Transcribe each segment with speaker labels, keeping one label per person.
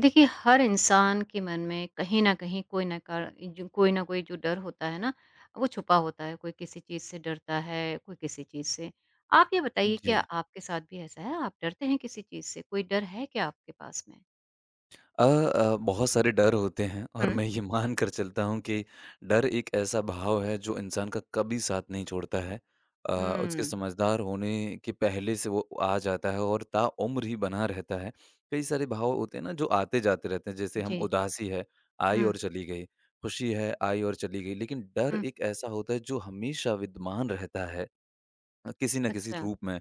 Speaker 1: देखिए हर इंसान के मन में कहीं न कहीं कोई ना कर जो कोई ना कोई जो डर होता है ना, वो छुपा होता है। कोई किसी चीज़ से डरता है, कोई किसी चीज़ से। आप ये बताइए क्या
Speaker 2: जी।
Speaker 1: आपके साथ भी ऐसा है? आप डरते हैं किसी चीज़ से? कोई डर है क्या आपके पास में?
Speaker 2: बहुत सारे डर होते हैं और
Speaker 1: हुँ।
Speaker 2: मैं ये मान कर चलता हूँ कि डर एक ऐसा भाव है जो इंसान का कभी साथ नहीं छोड़ता है। अ, उसके
Speaker 1: हुँ।
Speaker 2: समझदार होने के पहले से वो आ जाता है और ताउम्र ही बना रहता है। कई सारे भाव होते हैं ना जो आते जाते रहते हैं जैसे हम
Speaker 1: जी।
Speaker 2: उदासी है, आई
Speaker 1: हुँ,
Speaker 2: और चली गई, खुशी है, आई और चली गई। लेकिन डर
Speaker 1: हुँ।
Speaker 2: एक ऐसा होता है जो हमेशा विद्यमान रहता है किसी न किसी
Speaker 1: अच्छा।
Speaker 2: रूप में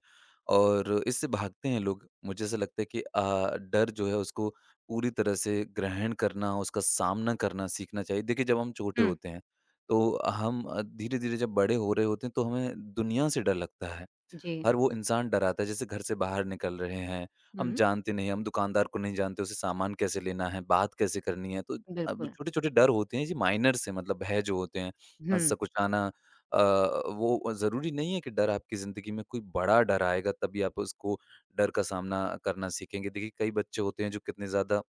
Speaker 2: और इससे भागते हैं लोग। मुझे ऐसा लगता है कि डर जो है उसको पूरी तरह से ग्रहण करना, उसका सामना करना सीखना चाहिए। देखिए जब हम छोटे
Speaker 1: हुँ।
Speaker 2: होते हैं, तो हम धीरे-धीरे जब बड़े हो रहे होते हैं तो हमें दुनिया से डर लगता है।
Speaker 1: जी।
Speaker 2: हर वो इंसान डराता है जैसे घर से बाहर निकल रहे हैं, हम
Speaker 1: हुँ।
Speaker 2: जानते नहीं, हम दुकानदार को नहीं जानते, उसे सामान कैसे लेना है, बात कैसे करनी है। तो अब
Speaker 1: बिल्कुल।
Speaker 2: छोटे छोटे डर होते हैं जी, माइनर से मतलब भय जो होते हैं।
Speaker 1: हुँ।
Speaker 2: सकुचाना, अ, वो ज़रूरी नहीं है कि डर आपकी ज़िंदगी में कोई बड़ा डर आएगा तभी आप उसको डर का सामना करना सीखेंगे। देखिए कई बच्चे होते हैं जो कितने ज़्यादा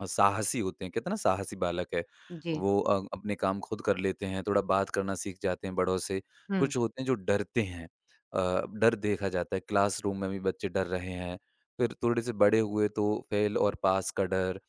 Speaker 2: साहसी होते हैं, कहते हैं ना, साहसी बालक है।
Speaker 1: जी।
Speaker 2: वो अपने काम खुद कर लेते हैं, थोड़ा बात करना सीख जाते हैं बड़ों से।
Speaker 1: हुँ।
Speaker 2: कुछ होते हैं जो डरते हैं, डर देखा जाता है, क्लासरूम में भी बच्चे डर रहे हैं। फिर थोड़े से बड़े हुए तो फेल और पास का डर,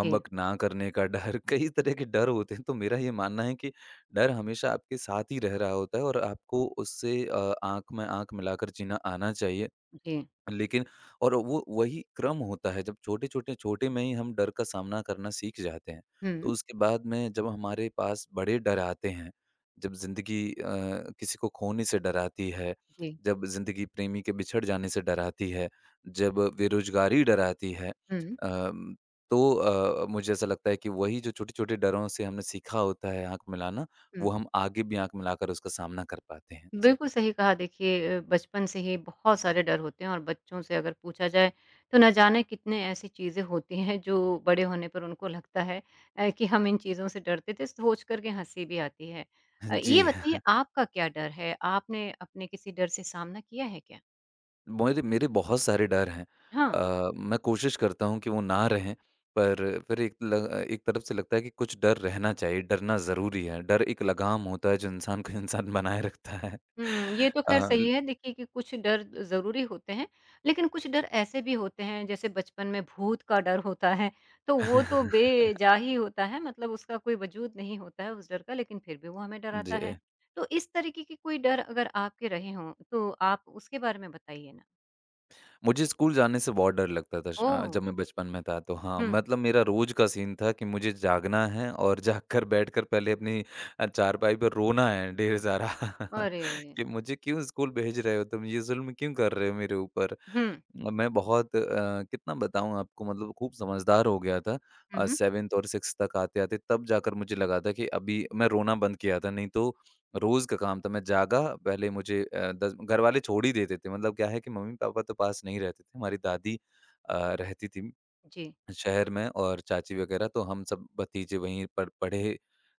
Speaker 1: जी,
Speaker 2: ना करने का डर, कई तरह के डर होते हैं। तो मेरा ये मानना है कि डर हमेशा आपके साथ ही रह रहा होता है और आपको उससे आँख में आँख मिलाकर जीना आना चाहिए।
Speaker 1: जी।
Speaker 2: लेकिन और वो वही क्रम होता है, जब छोटे छोटे में ही हम डर का सामना करना सीख जाते हैं, तो
Speaker 1: हुँ।
Speaker 2: उसके बाद में जब हमारे पास बड़े डर आते हैं, जब ज़िंदगी किसी को खोने से डराती है,
Speaker 1: जी।
Speaker 2: जब ज़िंदगी प्रेमी के बिछड़ जाने से डराती है, जब बेरोज़गारी डराती है,
Speaker 1: हुँ,
Speaker 2: अम, तो मुझे ऐसा लगता है कि वही जो छोटे-छोटे डरों से हमने सीखा होता है आँख मिलाना, वो
Speaker 1: हुँ।
Speaker 2: हम आगे भी आँख मिलाकर उसका सामना कर पाते हैं। जी।
Speaker 1: बिल्कुल सही कहा देखिए बचपन से ही बहुत सारे डर होते हैं और बच्चों से अगर पूछा जाए तो न जाने कितने ऐसी चीज़ें होती हैं जो बड़े होने पर उनको लगता है कि हम इन चीज़ों से डरते थे, सोच कर के हँसी भी आती है। ये
Speaker 2: जी।
Speaker 1: बताइए आपका क्या डर है? आपने अपने किसी डर से सामना किया है क्या?
Speaker 2: मेरे मेरे बहुत सारे डर हैं।
Speaker 1: हाँ।
Speaker 2: मैं कोशिश करता हूँ कि वो ना रहें, पर फिर एक तरफ से लगता है कि कुछ डर रहना चाहिए, डरना ज़रूरी है। डर एक लगाम होता है जो इंसान को इंसान बनाए रखता है।
Speaker 1: हुँ, ये तो
Speaker 2: अ,
Speaker 1: ख़ैर
Speaker 2: ल
Speaker 1: सही है देखिए कि कुछ डर ज़रूरी होते हैं, लेकिन कुछ डर ऐसे भी होते हैं जैसे बचपन में भूत का डर होता है, तो वो तो बेजा ही होता है मतलब उसका कोई वजूद नहीं होता है उस डर का लेकिन फिर भी वो हमें डराता है।
Speaker 2: जी।
Speaker 1: तो इस तरीके के कोई डर अगर आपके रहे हों, तो आप उसके बारे में बताइए ना?
Speaker 2: मुझे स्कूल जाने से बहुत डर लगता था।
Speaker 1: ओह!
Speaker 2: जब मैं बचपन में था तो हाँ,
Speaker 1: हुँ,
Speaker 2: मतलब मेरा रोज़ का सीन था कि मुझे जागना है और जागकर बैठकर पहले अपनी चारपाई पर रोना है ढेर सारा।
Speaker 1: अरे!
Speaker 2: कि मुझे क्यों स्कूल भेज रहे हो तुम? ये ज़ुल्म क्यों कर रहे हो मेरे ऊपर?
Speaker 1: हुँ,
Speaker 2: अब मैं बहुत कितना बताऊँ आपको, मतलब खूब समझदार हो गया था।
Speaker 1: हुँ, हुँ।
Speaker 2: 7th और 6th तक आते-आते तब जाकर मुझे लगा था कि अभी मैं रोना बंद किया था, नहीं तो रोज़ का काम था। मैं जागा, पहले मुझे 10 घरवाले छोड़ ही देते थे, मतलब क्या है कि मम्मी-पापा तो पास नहीं रहते थे। हमारी दादी रहती थी
Speaker 1: जी,
Speaker 2: शहर में और चाची वगैरह, तो हम सब भतीजे वहीं पर पढ़े।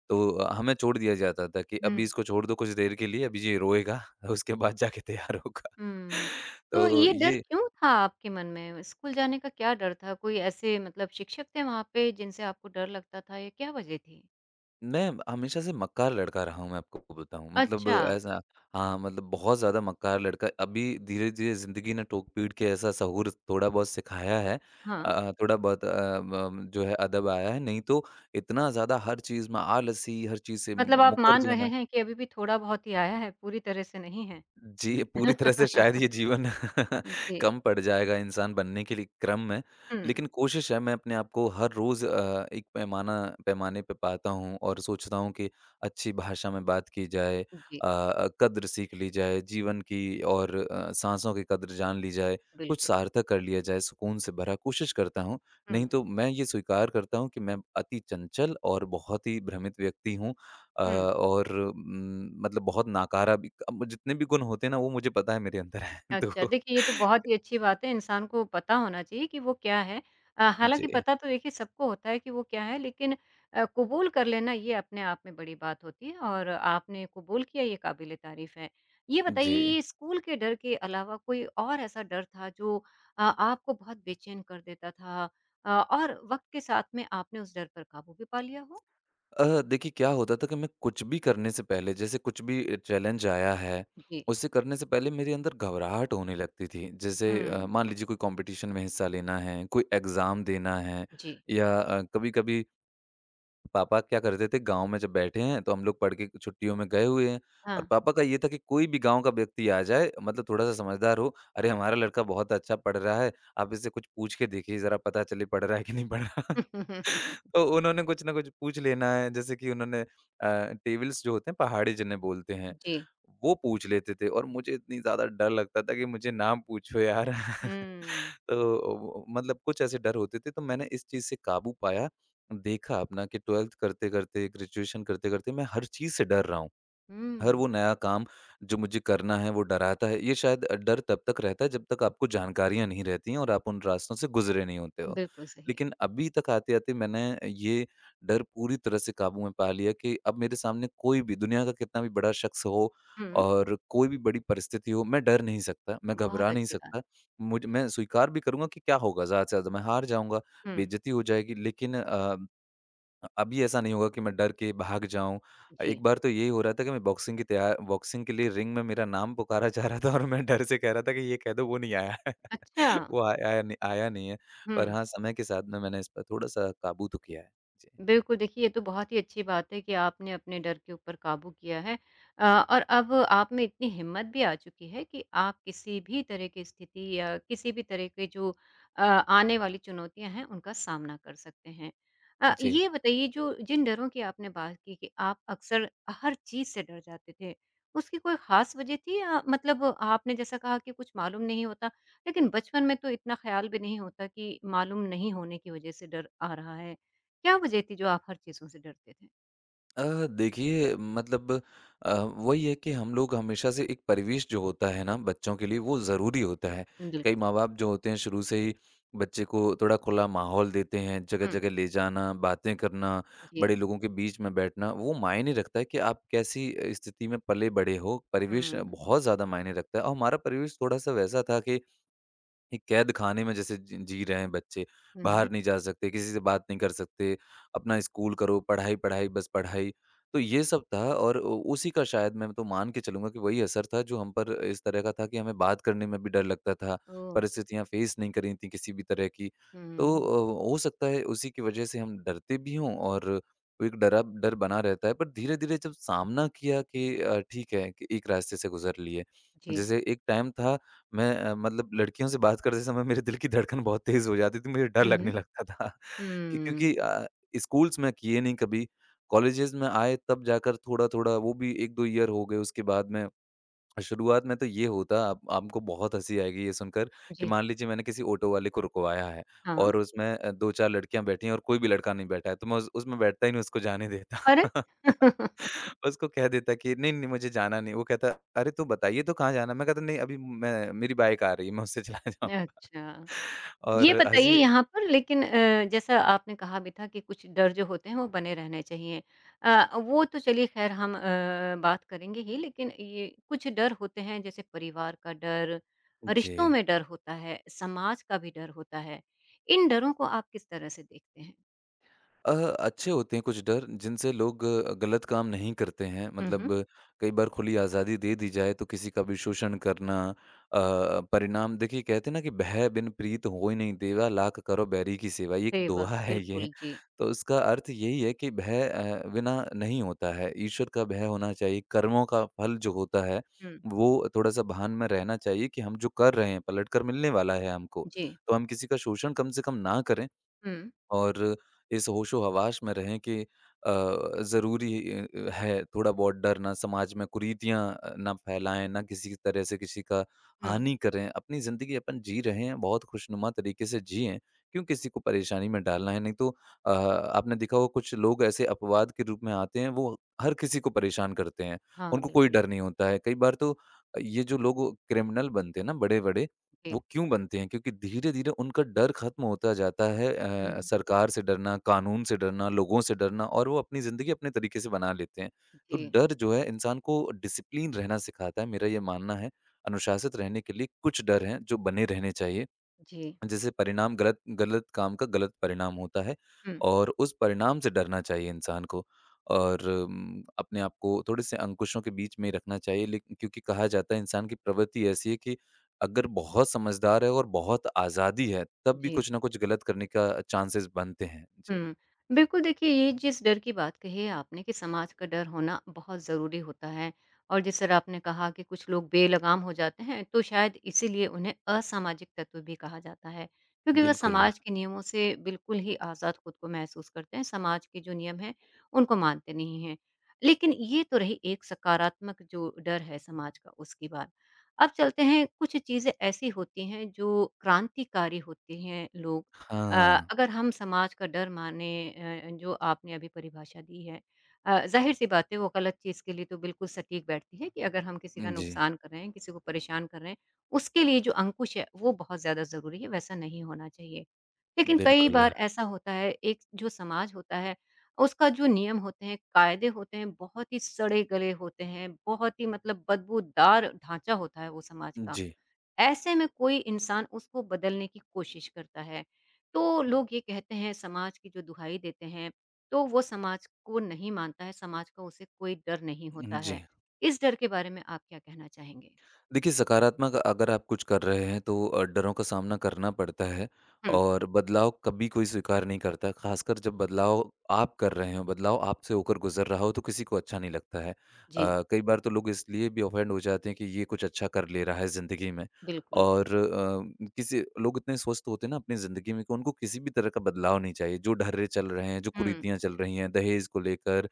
Speaker 2: तो हमें छोड़ दिया जाता था कि अभी
Speaker 1: हुँ।
Speaker 2: इसको छोड़ दो कुछ देर के लिए, अभी ये रोएगा, उसके बाद जाके तैयार होगा।
Speaker 1: हुँ। तो
Speaker 2: तो
Speaker 1: ये डर
Speaker 2: ये
Speaker 1: क्यों था आपके मन में? स्कूल जाने का क्या डर था? कोई ऐसे मतलब शिक्षक थे वहाँ पे जिनसे आपको डर लगता था या क्या वजह थी?
Speaker 2: मैं हमेशा से मक्कार लड़का रहा हूँ, मैं आपको बताऊँ, मतलब
Speaker 1: अच्छा,
Speaker 2: ऐसा, हाँ, मतलब बहुत ज़्यादा मक्कार लड़का। अभी धीरे-धीरे ज़िंदगी ने टोक-पीट के ऐसा सहूर थोड़ा बहुत सिखाया है।
Speaker 1: हाँ।
Speaker 2: थोड़ा बहुत म जो है अदब आया है, नहीं तो इतना ज़्यादा हर चीज़ में आलसी, हर चीज़ से
Speaker 1: मतलब
Speaker 2: म
Speaker 1: आप
Speaker 2: मुकर
Speaker 1: मान रहे
Speaker 2: जाना।
Speaker 1: हैं कि अभी भी थोड़ा-बहुत ही आया है, पूरी तरह से नहीं है।
Speaker 2: जी, पूरी तरह से शायद ये जीवन
Speaker 1: जी।
Speaker 2: कम पड़ जाएगा इंसान बनने के लिए क्रम में,
Speaker 1: हुँ।
Speaker 2: लेकिन कोशिश है। मैं अपने आप को हर रोज़ एक पैमाना पैमाने पे पाता हूँ और सोचता हूँ कि अच्छी भाषा में बात की जाए,
Speaker 1: जी,
Speaker 2: कद्र सीख ली जाए जीवन की और साँसों की कद्र जान ली जाए, कुछ
Speaker 1: बिल्कुल।
Speaker 2: सार्थक कर लिया जाए सुकून से भरा, कोशिश करता हूँ।
Speaker 1: हुँ,
Speaker 2: नहीं तो मैं ये स्वीकार करता हूँ कि मैं अति चंचल और बहुत ही भ्रमित व्यक्ति हूँ,
Speaker 1: हुँ।
Speaker 2: और मतलब बहुत नकारा भी। अब जितने भी गुण होते हैं ना, वो मुझे पता है मेरे अंदर है।
Speaker 1: अच्छा,
Speaker 2: तो
Speaker 1: देखिए ये तो बहुत ही अच्छी बात है, इंसान को पता होना चाहिए कि वो क्या है। हालाँकि
Speaker 2: जी,
Speaker 1: पता तो देखिए सबको होता है कि वो क्या है, लेकिन कबूल कर लेना ये अपने आप में बड़ी बात होती है और आपने कबूल किया ये काबिल-ए-तारीफ़ है। ये बताइए
Speaker 2: जी।
Speaker 1: ये स्कूल के डर के अलावा कोई और ऐसा डर था जो आपको बहुत बेचैन कर देता था और वक़्त के साथ में आपने उस डर पर काबू भी पा लिया हो?
Speaker 2: देखिए क्या होता था कि मैं कुछ भी करने से पहले, जैसे कुछ भी चैलेंज आया है,
Speaker 1: जी,
Speaker 2: उसे करने से पहले मेरे अंदर घबराहट होने लगती थी। जैसे
Speaker 1: हुँ,
Speaker 2: मान लीजिए कोई कॉम्पिटिशन में हिस्सा लेना है, कोई एग्ज़ाम देना है,
Speaker 1: जी,
Speaker 2: या कभी-कभी पापा क्या करते थे, गाँव में जब बैठे हैं तो हम लोग पढ़ के छुट्टियों में गए हुए हैं, और
Speaker 1: हाँ।
Speaker 2: पापा का ये था कि कोई भी गाँव का व्यक्ति आ जाए, मतलब थोड़ा-सा समझदार हो, अरे हमारा लड़का बहुत अच्छा पढ़ रहा है, आप इससे कुछ पूछ के देखिए ज़रा, पता चले पढ़ रहा है कि नहीं पढ़ रहा। तो उन्होंने कुछ न कुछ पूछ लेना है, जैसे कि उन्होंने टेबल्स जो होते हैं, पहाड़ी जिन्हें बोलते हैं,
Speaker 1: जी,
Speaker 2: वो पूछ लेते थे, और मुझे इतनी ज़्यादा डर लगता था कि मुझे ना पूछो यार।
Speaker 1: हुँ,
Speaker 2: तो मतलब कुछ ऐसे डर होते थे। तो मैंने इस चीज़ से काबू पाया, देखा अपना कि 12th करते-करते, ग्रेजुएशन करते-करते मैं हर चीज़ से डर रहा हूँ। हर वो
Speaker 1: हुँ।
Speaker 2: नया काम जो मुझे करना है वो डराता है। ये शायद डर तब तक रहता है जब तक आपको जानकारियाँ नहीं रहती हैं और आप उन रास्तों से गुज़रे नहीं होते हो।
Speaker 1: बिल्कुल सही।
Speaker 2: लेकिन अभी तक आते-आते मैंने ये डर पूरी तरह से काबू में पा लिया कि अब मेरे सामने कोई भी दुनिया का कितना भी बड़ा शख्स हो
Speaker 1: हुँ।
Speaker 2: और कोई भी बड़ी परिस्थिति हो, मैं डर नहीं सकता, मैं
Speaker 1: बहुत
Speaker 2: घबरा नहीं
Speaker 1: अच्छी बात।
Speaker 2: सकता। मुझ मैं स्वीकार भी करूँगा कि क्या होगा, ज़्यादा से ज़्यादा मैं हार जाऊँगा,
Speaker 1: हुँ।
Speaker 2: बेइज़्ज़ती हो जाएगी, लेकिन अभी ऐसा नहीं होगा कि मैं डर के भाग जाऊँ।
Speaker 1: जी।
Speaker 2: एक बार तो यही हो रहा था कि मैं बॉक्सिंग की तैया बॉक्सिंग के लिए रिंग में, मेरा नाम पुकारा जा रहा था और मैं डर से कह रहा था कि ये कह दो वो नहीं आया है।
Speaker 1: अच्छा। अच्छा,
Speaker 2: वो आया आया नहीं, आया नहीं है। पर
Speaker 1: हुँ।
Speaker 2: हाँ, समय के साथ में मैंने इस पर थोड़ा-सा काबू तो किया है। जी।
Speaker 1: बिल्कुल, देखिए ये तो बहुत ही अच्छी बात है कि आपने अपने डर के ऊपर काबू किया है अ, और अब आप में इतनी हिम्मत भी आ चुकी है कि आप किसी भी तरह की स्थिति या किसी भी तरह के जो आने वाली चुनौतियाँ हैं, उनका सामना कर सकते हैं।
Speaker 2: जी।
Speaker 1: ये बताइए जो जिन डरों की आपने बात की कि आप अक्सर हर चीज़ से डर जाते थे, उसकी कोई ख़ास वजह थी या मतलब आपने जैसा कहा कि कुछ मालूम नहीं होता, लेकिन बचपन में तो इतना ख़्याल भी नहीं होता कि मालूम नहीं होने की वजह से डर आ रहा है। क्या वजह थी जो आप हर चीज़ों से डरते थे?
Speaker 2: देखिए मतलब वही है कि हम लोग हमेशा से, एक परिवेश जो होता है ना बच्चों के लिए, वो ज़रूरी होता है। कई
Speaker 1: बिल्कुल।
Speaker 2: माँ-बाप जो होते हैं शुरू से ही बच्चे को थोड़ा खुला माहौल देते हैं,
Speaker 1: हुँ।
Speaker 2: जगह-जगह ले जाना, बातें करना,
Speaker 1: जी।
Speaker 2: बड़े लोगों के बीच में बैठना, वो मायने रखता है कि आप कैसी स्थिति में पले-बड़े हो, परिवेश
Speaker 1: हुँ, हुँ,
Speaker 2: बहुत ज़्यादा मायने रखता है। और हमारा परिवेश थोड़ा-सा वैसा था कि एक कैद खाने में जैसे जी जी रहे हैं बच्चे,
Speaker 1: हुँ, हुँ।
Speaker 2: बाहर नहीं जा सकते, किसी से बात नहीं कर सकते, अपना स्कूल करो, पढ़ाई, पढ़ाई, बस पढ़ाई। तो ये सब था और उ उसी का शायद, मैं तो मान के चलूँगा कि वही असर था जो हम पर इस तरह का था कि हमें बात करने में भी डर लगता था,
Speaker 1: ओह!
Speaker 2: परिस्थितियाँ फ़ेस नहीं करी थी किसी भी तरह की। तो
Speaker 1: हुँ,
Speaker 2: हो सकता है उसी की वजह से हम डरते भी हों, और वो एक डरा डर बना रहता है, पर धीरे-धीरे जब सामना किया कि ठीक है, कि एक रास्ते से गुज़र लिए।
Speaker 1: जी।
Speaker 2: जैसे एक टाइम था, मैं मतलब लड़कियों से बात करते समय मेरे दिल की धड़कन बहुत तेज़ हो जाती थी, मुझे डर
Speaker 1: हुँ,
Speaker 2: लगने
Speaker 1: हुँ।
Speaker 2: लगता था, कि
Speaker 1: हुँ,
Speaker 2: क्योंकि स्कूल्स में किए नहीं कभी, कॉलेजेस में आए तब जाकर थोड़ा-थोड़ा, वो भी 1-2 ईयर हो गए उसके बाद में। शुरुआत में तो ये होता, आप, आपको बहुत हँसी आएगी ये सुनकर कि
Speaker 1: जी।
Speaker 2: मान लीजिए मैंने किसी ऑटो वाले को रुकवाया है
Speaker 1: हाँ,
Speaker 2: और उसमें 2-4 लड़कियाँ बैठी हैं और कोई भी लड़का नहीं बैठा है, तो मैं उस उसमें बैठता ही नहीं, उसको जाने देता।
Speaker 1: पर?
Speaker 2: उसको कह देता कि नहीं, नहीं मुझे जाना नहीं। वो कहता, "अरे! तो बताइए तो कहाँ जाना है?" मैं कहता, "नहीं, अभी मैं मेरी बाइक आ रही है, मैं उससे चला जाऊँगा।"
Speaker 1: अच्छा। ये
Speaker 2: और
Speaker 1: बताइए
Speaker 2: हँसी
Speaker 1: यहाँ पर लेकिन जैसा आपने कहा भी था कि कुछ डर जो होते हैं वो बने रहने चाहिए। वो तो चलिए ख़ैर हम बात करेंगे ही लेकिन ये कुछ डर होते हैं जैसे परिवार का डर,
Speaker 2: जी।
Speaker 1: रिश्तों में डर होता है, समाज का भी डर होता है। इन डरों को आप किस तरह से देखते हैं?
Speaker 2: अच्छे होते हैं कुछ डर जिनसे लोग गलत काम नहीं करते हैं।
Speaker 1: हुँ, हुँ।
Speaker 2: मतलब कई बार खुली आज़ादी दे दी जाए तो किसी का भी शोषण करना परिणाम देखिए। कहते हैं ना कि भय बिन प्रीत हो ही नहीं, देवा लाख करो बैरी की सेवा। ये एक
Speaker 1: अरे वाह!
Speaker 2: दोहा है। ये
Speaker 1: बिल्कुल, जी।
Speaker 2: तो उसका अर्थ यही है कि भय बिना नहीं होता है। ईश्वर का भय होना चाहिए। कर्मों का फल जो होता है
Speaker 1: हुँ,
Speaker 2: वो थोड़ा सा भान में रहना चाहिए कि हम जो कर रहे हैं पलट कर मिलने वाला है हमको।
Speaker 1: जी।
Speaker 2: तो हम किसी का शोषण कम से कम ना करें
Speaker 1: हुँ,
Speaker 2: और इस होशो-हवास में रहें कि अ, ज़रूरी है थोड़ा बहुत डरना, समाज में कुरीतियाँ ना फैलाएँ, ना किसी तरह से किसी का
Speaker 1: हुँ।
Speaker 2: हानि करें। अपनी ज़िंदगी अपन जी रहे हैं, बहुत खुशनुमा तरीके से जिएँ, क्यों किसी को परेशानी में डालना है? नहीं तो आपने देखा होगा कुछ लोग ऐसे अपवाद के रूप में आते हैं, वो हर किसी को परेशान करते हैं,
Speaker 1: हाँ,
Speaker 2: उनको कोई
Speaker 1: बिल्कुल।
Speaker 2: डर नहीं होता है। कई बार तो ये जो लोग क्रिमिनल बनते हैं ना बड़े-बड़े,
Speaker 1: जी।
Speaker 2: वो क्यों बनते हैं? क्योंकि धीरे-धीरे उनका डर ख़त्म होता जाता है।
Speaker 1: हुँ,
Speaker 2: सरकार से डरना, कानून से डरना, लोगों से डरना, और वो अपनी ज़िंदगी अपने तरीके से बना लेते हैं। तो
Speaker 1: जी,
Speaker 2: डर जो है इंसान को डिसिप्लिन रहना सिखाता है, मेरा ये मानना है। अनुशासित रहने के लिए कुछ डर हैं जो बने रहने चाहिए।
Speaker 1: जी।
Speaker 2: जिससे परिणाम गलत गलत काम का गलत परिणाम होता है
Speaker 1: हुँ,
Speaker 2: और उस परिणाम से डरना चाहिए इंसान को और अपने आप को थोड़े से अंकुशों के बीच में रखना चाहिए लेकिन क्योंकि कहा जाता है इंसान की प्रवृत्ति ऐसी है कि अगर बहुत समझदार है और बहुत आज़ादी है तब भी
Speaker 1: जी।
Speaker 2: कुछ ना कुछ गलत करने का चांसेस बनते हैं। जी।
Speaker 1: हुँ। बिल्कुल, देखिए ये जिस डर की बात कही है आपने कि समाज का डर होना बहुत ज़रूरी होता है और जिस तरह आपने कहा कि कुछ लोग बेलगाम हो जाते हैं, तो शायद इसीलिए उन्हें असामाजिक तत्व भी कहा जाता है, क्योंकि वह
Speaker 2: बिल्कुल है।
Speaker 1: समाज के नियमों से बिल्कुल ही आज़ाद खुद को महसूस करते हैं, समाज के जो नियम हैं, उनको मानते नहीं हैं। लेकिन ये तो रही एक सकारात्मक जो डर है समाज का, उसकी बात। अब चलते हैं, कुछ चीज़ें ऐसी होती हैं जो क्रांतिकारी होती हैं, लोग अ,
Speaker 2: हाँ।
Speaker 1: अगर हम समाज का डर माने जो आपने अभी परिभाषा दी है ज़ाहिर-सी बात है वो गलत चीज़ के लिए तो बिल्कुल सटीक बैठती है कि अगर हम किसी का
Speaker 2: जी,
Speaker 1: नुकसान कर रहे हैं, किसी को परेशान कर रहे हैं, उसके लिए जो अंकुश है वो बहुत ज़्यादा ज़रूरी है, वैसा नहीं होना चाहिए। लेकिन कई
Speaker 2: बिल्कुल है।
Speaker 1: बार ऐसा होता है एक जो समाज होता है, उसका जो नियम होते हैं, कायदे होते हैं, बहुत ही सड़े-गले होते हैं, बहुत ही मतलब बदबूदार ढाँचा होता है वो समाज का।
Speaker 2: जी,
Speaker 1: ऐसे में कोई इंसान उसको बदलने की कोशिश करता है, तो लोग ये कहते हैं समाज की जो दुहाई देते हैं, तो वो समाज को नहीं मानता है, समाज का उसे कोई डर नहीं होता है।
Speaker 2: जी।
Speaker 1: इस डर के बारे में आप क्या कहना चाहेंगे?
Speaker 2: देखिए, सकारात्मक अगर आप कुछ कर रहे हैं तो डरों का सामना करना पड़ता है
Speaker 1: हुँ,
Speaker 2: और बदलाव कभी कोई स्वीकार नहीं करता। ख़ासकर जब बदलाव आप कर रहे हो, बदलाव आपसे होकर गुज़र रहा हो तो किसी को अच्छा नहीं लगता है।
Speaker 1: जी,
Speaker 2: कई बार तो लोग इसलिए भी ऑफ़ेंड हो जाते हैं कि ये कुछ अच्छा कर ले रहा है ज़िंदगी में।
Speaker 1: बिल्कुल।
Speaker 2: और किसी लोग इतने स्वस्थ होते हैं ना अपनी ज़िंदगी में कि उनको किसी भी तरह का बदलाव नहीं चाहिए। जो ढर्रे चल रहे हैं, जो
Speaker 1: हुँ,
Speaker 2: कुरीतियाँ चल रही हैं, दहेज़ को लेकर,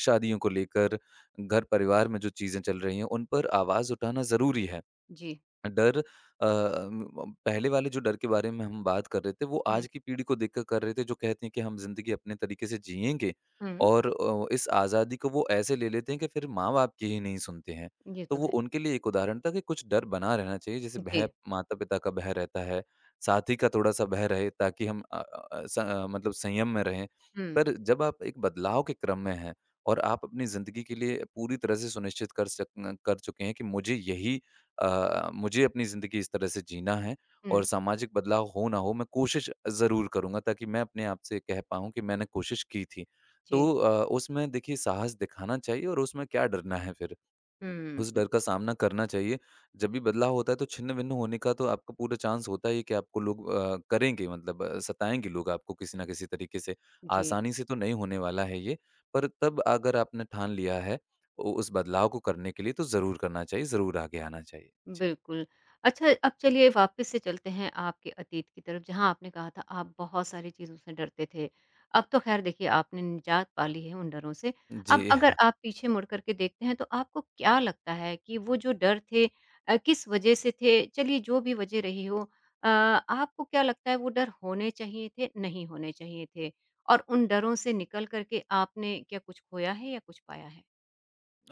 Speaker 2: शादियों को लेकर, घर परिवार में जो चीज़ें चल रही हैं, उन पर आवाज़ उठाना ज़रूरी है।
Speaker 1: जी,
Speaker 2: डर अ, म पहले वाले जो डर के बारे में हम बात कर रहे थे, वो
Speaker 1: हुँ,
Speaker 2: आज की पीढ़ी को देखकर कर रहे थे, जो कहते हैं कि हम ज़िंदगी अपने तरीके से जिएँगे
Speaker 1: हुँ,
Speaker 2: और इस आज़ादी को वो ऐसे ले लेते हैं कि फिर माँ-बाप की ही नहीं सुनते हैं।
Speaker 1: ये
Speaker 2: तो
Speaker 1: तो
Speaker 2: वो
Speaker 1: है।
Speaker 2: उनके लिए एक उदाहरण था कि कुछ डर बना रहना चाहिए, जैसे भय
Speaker 1: जी,
Speaker 2: माता-पिता का भय रहता है, साथी का थोड़ा-सा भय रहे ताकि हम मतलब संयम में रहें।
Speaker 1: हुँ,
Speaker 2: पर जब आप एक बदलाव के क्रम में हैं और आप अपनी ज़िंदगी के लिए पूरी तरह से सुनिश्चित कर चुके हैं कि मुझे यही मुझे अपनी ज़िंदगी इस तरह से जीना है और
Speaker 1: हुँ,
Speaker 2: सामाजिक बदलाव हो ना हो, मैं कोशिश ज़रूर करूँगा ताकि मैं अपने आप से कह पाऊँ कि मैंने कोशिश की थी।
Speaker 1: जी,
Speaker 2: तो उसमें देखिए साहस दिखाना चाहिए और उसमें क्या डरना है फिर?
Speaker 1: हुँ,
Speaker 2: उस डर का सामना करना चाहिए। जब भी बदलाव होता है तो छिन्न-भिन्न होने का तो आपको पूरा चांस होता ही है कि आपको लोग करेंगे, मतलब सताएँगे लोग आपको किसी न किसी तरीके से।
Speaker 1: जी।
Speaker 2: आसानी से तो नहीं होने वाला है ये, पर तब अगर आपने ठान लिया है उ उस बदलाव को करने के लिए तो ज़रूर करना चाहिए, ज़रूर आगे आना चाहिए। जी।
Speaker 1: बिल्कुल। अच्छा अब चलिए वापस से चलते हैं आपके अतीत की तरफ जहाँ आपने कहा था आप बहुत सारी चीज़ों से डरते थे। अब तो ख़ैर देखिए आपने निजात पा ली है उन डरों से। अब
Speaker 2: जी।
Speaker 1: अगर आप पीछे मुड़ कर के देखते हैं तो आपको क्या लगता है कि वो जो डर थे किस वज़ह से थे? चलिए जो भी वज़ह रही हो आपको क्या लगता है वो डर होने चाहिए थे, नहीं होने चाहिए थे? और उन डरों से निकल कर के आपने क्या कुछ खोया है या कुछ पाया है?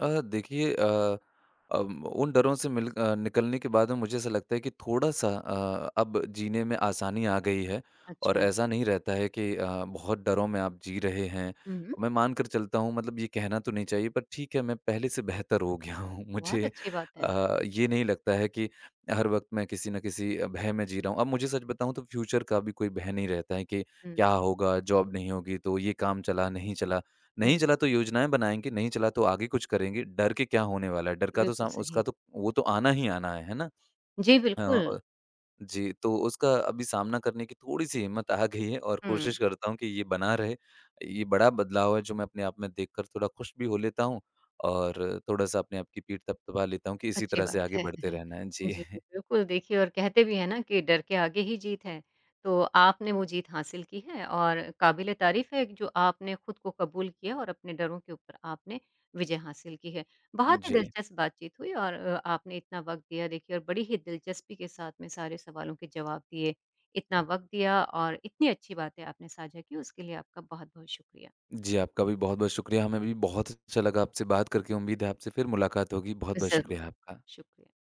Speaker 2: देखिए उन डरों से निकलने के बाद में मुझे ऐसा लगता है कि थोड़ा-सा अब जीने में आसानी आ गई है और
Speaker 1: अच्छा।
Speaker 2: ऐसा नहीं रहता है कि बहुत डरों में आप जी रहे हैं।
Speaker 1: हुँ, हुँ।
Speaker 2: मैं मान कर चलता हूँ, मतलब ये कहना तो नहीं चाहिए पर ठीक है मैं पहले से बेहतर हो गया हूँ।
Speaker 1: बहुत
Speaker 2: मुझे
Speaker 1: अच्छी बात है।
Speaker 2: ये नहीं लगता है कि हर वक़्त मैं किसी न किसी भय में जी रहा हूँ। अब मुझे सच बताऊँ तो फ्यूचर का भी कोई भय नहीं रहता है कि
Speaker 1: हुँ,
Speaker 2: क्या होगा, जॉब नहीं होगी तो ये काम चला, नहीं चला।
Speaker 1: हुँ।
Speaker 2: नहीं चला तो योजनाएँ बनाएँगे, नहीं चला तो आगे कुछ करेंगे, डर के क्या होने वाला है? डर का तो
Speaker 1: बिल्कुल
Speaker 2: साम
Speaker 1: सही।
Speaker 2: उसका तो वो तो आना ही आना है ना?
Speaker 1: जी,
Speaker 2: अ
Speaker 1: बिल्कुल।
Speaker 2: अ, जी, तो उसका अभी सामना करने की थोड़ी-सी हिम्मत आ गई है और
Speaker 1: हुँ।
Speaker 2: कोशिश करता हूँ कि ये बना रहे। ये बड़ा बदलाव है जो मैं अपने आप में देखकर थोड़ा खुश भी हो लेता हूँ और थोड़ा-सा अपने आप की पीठ थपथपा लेता हूँ कि इसी
Speaker 1: अच्छी
Speaker 2: तरह से
Speaker 1: बात
Speaker 2: आगे
Speaker 1: है।
Speaker 2: बढ़ते रहना है। जी।
Speaker 1: जी, बिल्कुल देखिए और कहते भी हैं ना कि डर के आगे ही जीत है। तो आपने वो जीत हासिल की है और काबिल-ए-तारीफ़ है कि जो आपने खुद को कबूल किया और अपने डरों के ऊपर आपने विजय हासिल की है। बहुत ही
Speaker 2: जी।
Speaker 1: दिलचस्प बातचीत हुई और आपने इतना वक़्त दिया देखिए और बड़ी ही दिलचस्पी के साथ में सारे सवालों के जवाब दिए। इतना वक़्त दिया और इतनी अच्छी बातें आपने साझा की उसके लिए आपका बहुत-बहुत शुक्रिया।
Speaker 2: जी, आपका भी बहुत-बहुत शुक्रिया। हमें भी बहुत अच्छा लगा आपसे बात करके। उम्मीद है आपसे फिर मुलाकात होगी। बहुत-बहुत
Speaker 1: ज़रूर,
Speaker 2: शुक्रिया आपका।
Speaker 1: शुक्रिया।